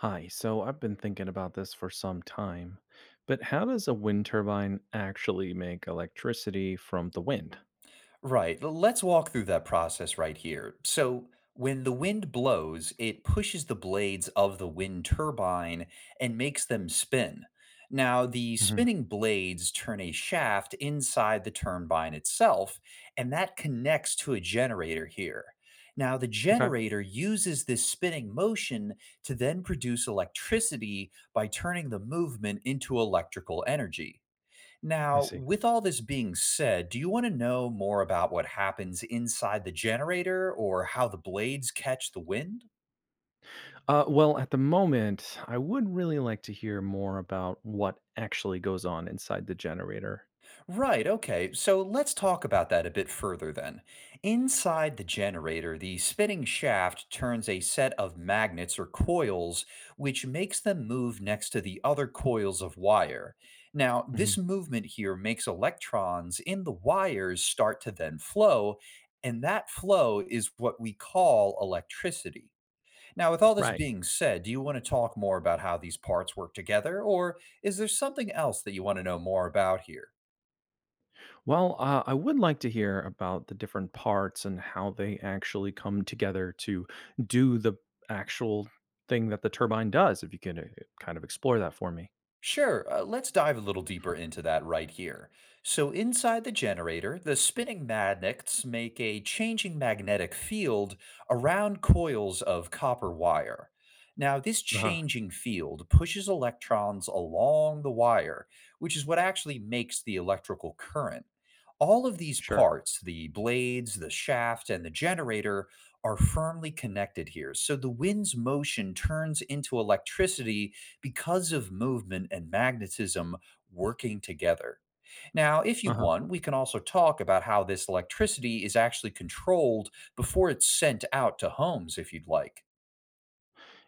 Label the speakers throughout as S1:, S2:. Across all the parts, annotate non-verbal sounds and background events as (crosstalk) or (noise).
S1: Hi, so I've been thinking about this for some time, but how does a wind turbine actually make electricity from the wind?
S2: Right. Let's walk through that process right here. So, when the wind blows, it pushes the blades of the wind turbine and makes them spin. Now, the
S1: hmm
S2: spinning blades turn a shaft inside the turbine itself, and that connects to a generator here. Now, the
S1: Okay,
S2: generator uses this spinning motion to then produce electricity by turning the movement into electrical energy.
S1: I
S2: Now,
S1: see.
S2: with all this being said, do you want to know more about what happens inside the generator or how the blades catch the wind?
S1: Well, at the moment, I would really like to hear more about what actually goes on inside the generator.
S2: Right, okay. So let's talk about that a bit further then. Inside the generator, the spinning shaft turns a set of magnets or coils, which makes them move next to the other coils of wire. Now, this
S1: Mhm.
S2: movement here makes electrons in the wires start to then flow, and that flow is what we call electricity. Now, with all this
S1: Right.
S2: being said, do you want to talk more about how these parts work together, or is there something else that you want to know more about here?
S1: Well, I would like to hear about the different parts and how they actually come together to do the actual thing that the turbine does, if you can kind of explore that for me.
S2: Sure, let's dive a little deeper into that right here. So, inside the generator, the spinning magnets make a changing magnetic field around coils of copper wire. Now, this
S1: Uh huh.
S2: changing field pushes electrons along the wire, which is what actually makes the electrical current. All of these
S1: Sure.
S2: parts, the blades, the shaft, and the generator, are firmly connected here. So the wind's motion turns into electricity because of movement and magnetism working together. Now, if you
S1: Uh huh.
S2: want, we can also talk about how this electricity is actually controlled before it's sent out to homes if you'd like.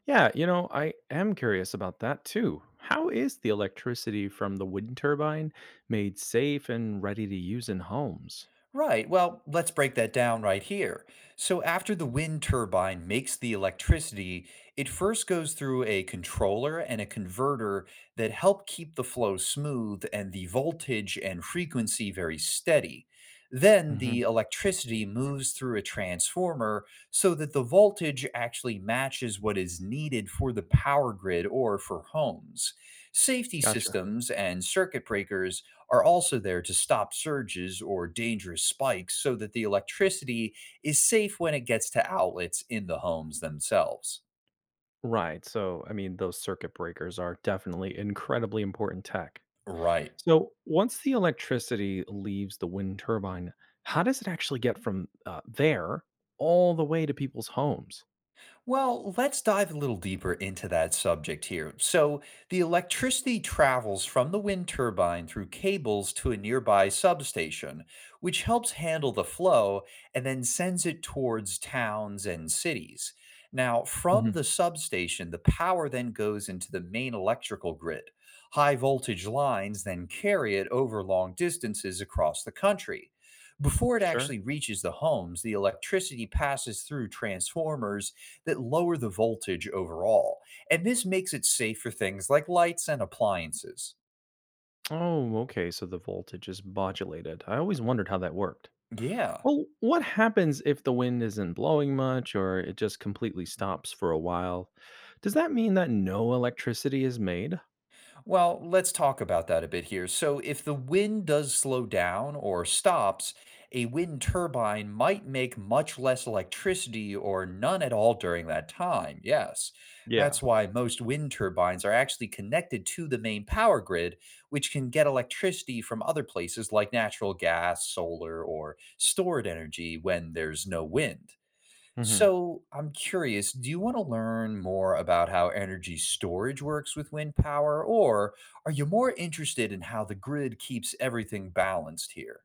S1: Yeah, I am curious about that too. How is the electricity from the wind turbine made safe and ready to use in homes?
S2: Right. Well, let's break that down right here. So, after the wind turbine makes the electricity, it first goes through a controller and a converter that help keep the flow smooth and the voltage and frequency very steady. Then
S1: hmm
S2: the electricity moves through a transformer so that the voltage actually matches what is needed for the power grid or for homes. Safety
S1: Gotcha.
S2: systems and circuit breakers are also there to stop surges or dangerous spikes so that the electricity is safe when it gets to outlets in the homes themselves.
S1: Right. So, I mean, those circuit breakers are definitely incredibly important tech.
S2: Right.
S1: So once the electricity leaves the wind turbine, how does it actually get from there all the way to people's homes?
S2: Well, let's dive a little deeper into that subject here. So, the electricity travels from the wind turbine through cables to a nearby substation, which helps handle the flow and then sends it towards towns and cities. Now, from
S1: Mhm.
S2: the substation, the power then goes into the main electrical grid. High voltage lines then carry it over long distances across the country. Before it
S1: Sure.
S2: actually reaches the homes, the electricity passes through transformers that lower the voltage overall, and this makes it safe for things like lights and appliances.
S1: Oh, okay. So the voltage is modulated. I always wondered how that worked.
S2: Yeah.
S1: Well, what happens if the wind isn't blowing much or it just completely stops for a while? Does that mean that no electricity is made?
S2: Well, let's talk about that a bit here. So, if the wind does slow down or stops, a wind turbine might make much less electricity or none at all during that time. Yes. That's
S1: Yeah.
S2: why most wind turbines are actually connected to the main power grid, which can get electricity from other places like natural gas, solar, or stored energy when there's no wind.
S1: hmm
S2: So I'm curious, do you want to learn more about how energy storage works with wind power, or are you more interested in how the grid keeps everything balanced here?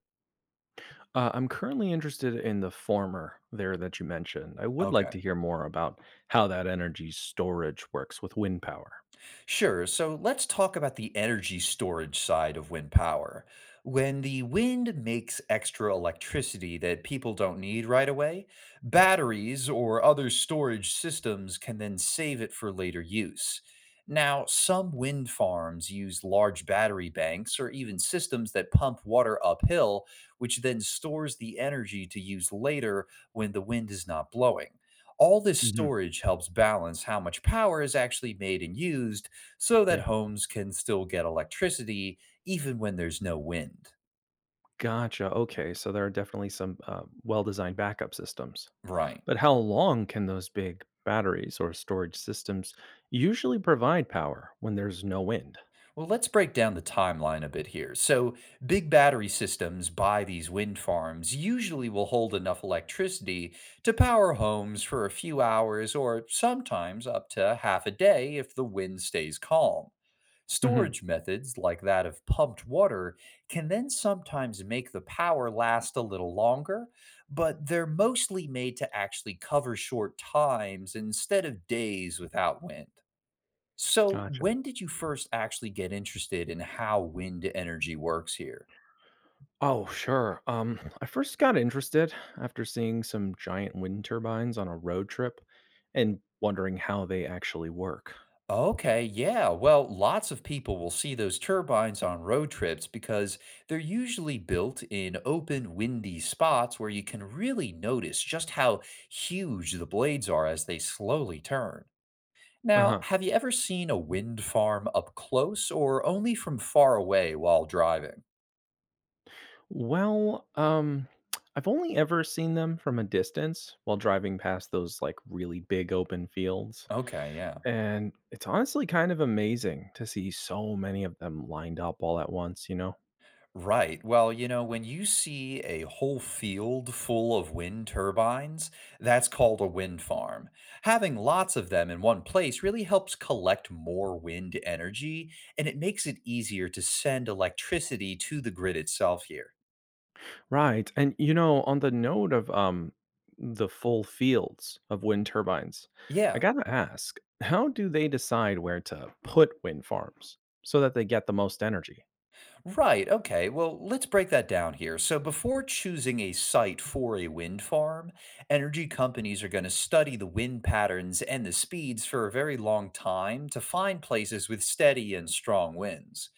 S1: I'm currently interested in the former there that you mentioned. I would like
S2: Okay.
S1: to hear more about how that energy storage works with wind power.
S2: Sure. So let's talk about the energy storage side of wind power. When the wind makes extra electricity that people don't need right away, batteries or other storage systems can then save it for later use. Now, some wind farms use large battery banks or even systems that pump water uphill, which then stores the energy to use later when the wind is not blowing. All this
S1: Mhm.
S2: storage helps balance how much power is actually made and used so that
S1: Yeah,
S2: homes can still get electricity even when there's no wind.
S1: gotcha. Okay, so there are definitely some well designed backup systems.
S2: Right.
S1: But how long can those big batteries or storage systems usually provide power when there's no wind?
S2: Well, let's break down the timeline a bit here. So, big battery systems by these wind farms usually will hold enough electricity to power homes for a few hours or sometimes up to half a day if the wind stays calm.
S1: hmm
S2: Storage methods, like that of pumped water, can then sometimes make the power last a little longer, but they're mostly made to actually cover short times instead of days without wind. So,
S1: Gotcha.
S2: when did you first actually get interested in how wind energy works here?
S1: Oh, sure. I first got interested after seeing some giant wind turbines on a road trip and wondering how they actually work.
S2: Okay, yeah. Well, lots of people will see those turbines on road trips because they're usually built in open, windy spots where you can really notice just how huge the blades are as they slowly turn. Now,
S1: Uh-huh.
S2: have you ever seen a wind farm up close or only from far away while driving?
S1: Well, (tsk) I've only ever seen them from a distance while driving past those like really big open fields.
S2: Okay, yeah.
S1: And it's honestly kind of amazing to see so many of them lined up all at once,
S2: Right. Well, you know, when you see a whole field full of wind turbines, that's called a wind farm. Having lots of them in one place really helps collect more wind energy and it makes it easier to send electricity to the grid itself here.
S1: Right. And on the note of the full fields of wind turbines, I
S2: Yeah.
S1: gotta ask, how do they decide where to put wind farms so that they get the most energy?
S2: Right. Okay. Well, let's break that down here. So, before choosing a site for a wind farm, energy companies are going to study the wind patterns and the speeds for a very long time to find places with steady and strong winds.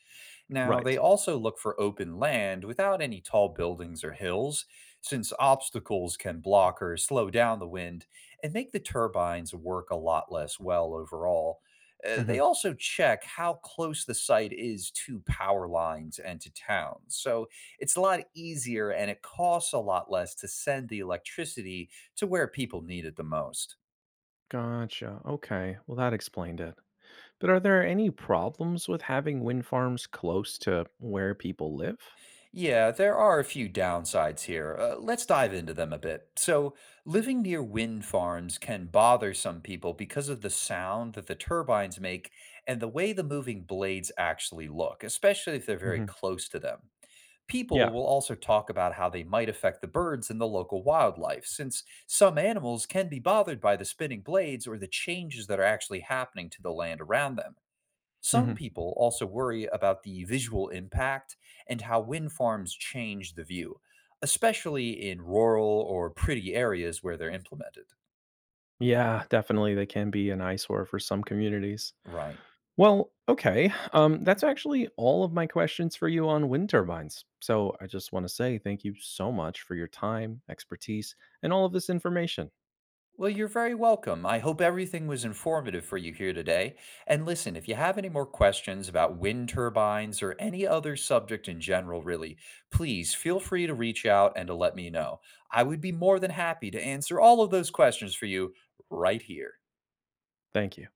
S2: Now,
S1: Right.
S2: they also look for open land without any tall buildings or hills, since obstacles can block or slow down the wind and make the turbines work a lot less well overall. They
S1: hmm
S2: also check how close the site is to power lines and to towns. So it's a lot easier and it costs a lot less to send the electricity to where people need it the most.
S1: Gotcha. Okay. Well, that explained it. But are there any problems with having wind farms close to where people live?
S2: Yeah, there are a few downsides here. Let's dive into them a bit. So, living near wind farms can bother some people because of the sound that the turbines make and the way the moving blades actually look, especially if they're very
S1: hmm
S2: close to them.
S1: Yeah.
S2: People will also talk about how they might affect the birds and the local wildlife, since some animals can be bothered by the spinning blades or the changes that are actually happening to the land around them. Some
S1: hmm
S2: people also worry about the visual impact and how wind farms change the view, especially in rural or pretty areas where they're implemented.
S1: Yeah, definitely. They can be an eyesore for some communities.
S2: Right.
S1: Well, okay. That's actually all of my questions for you on wind turbines. So I just want to say thank you so much for your time, expertise, and all of this information.
S2: Well, you're very welcome. I hope everything was informative for you here today. And listen, if you have any more questions about wind turbines or any other subject in general, really, please feel free to reach out and to let me know. I would be more than happy to answer all of those questions for you right here.
S1: Thank you.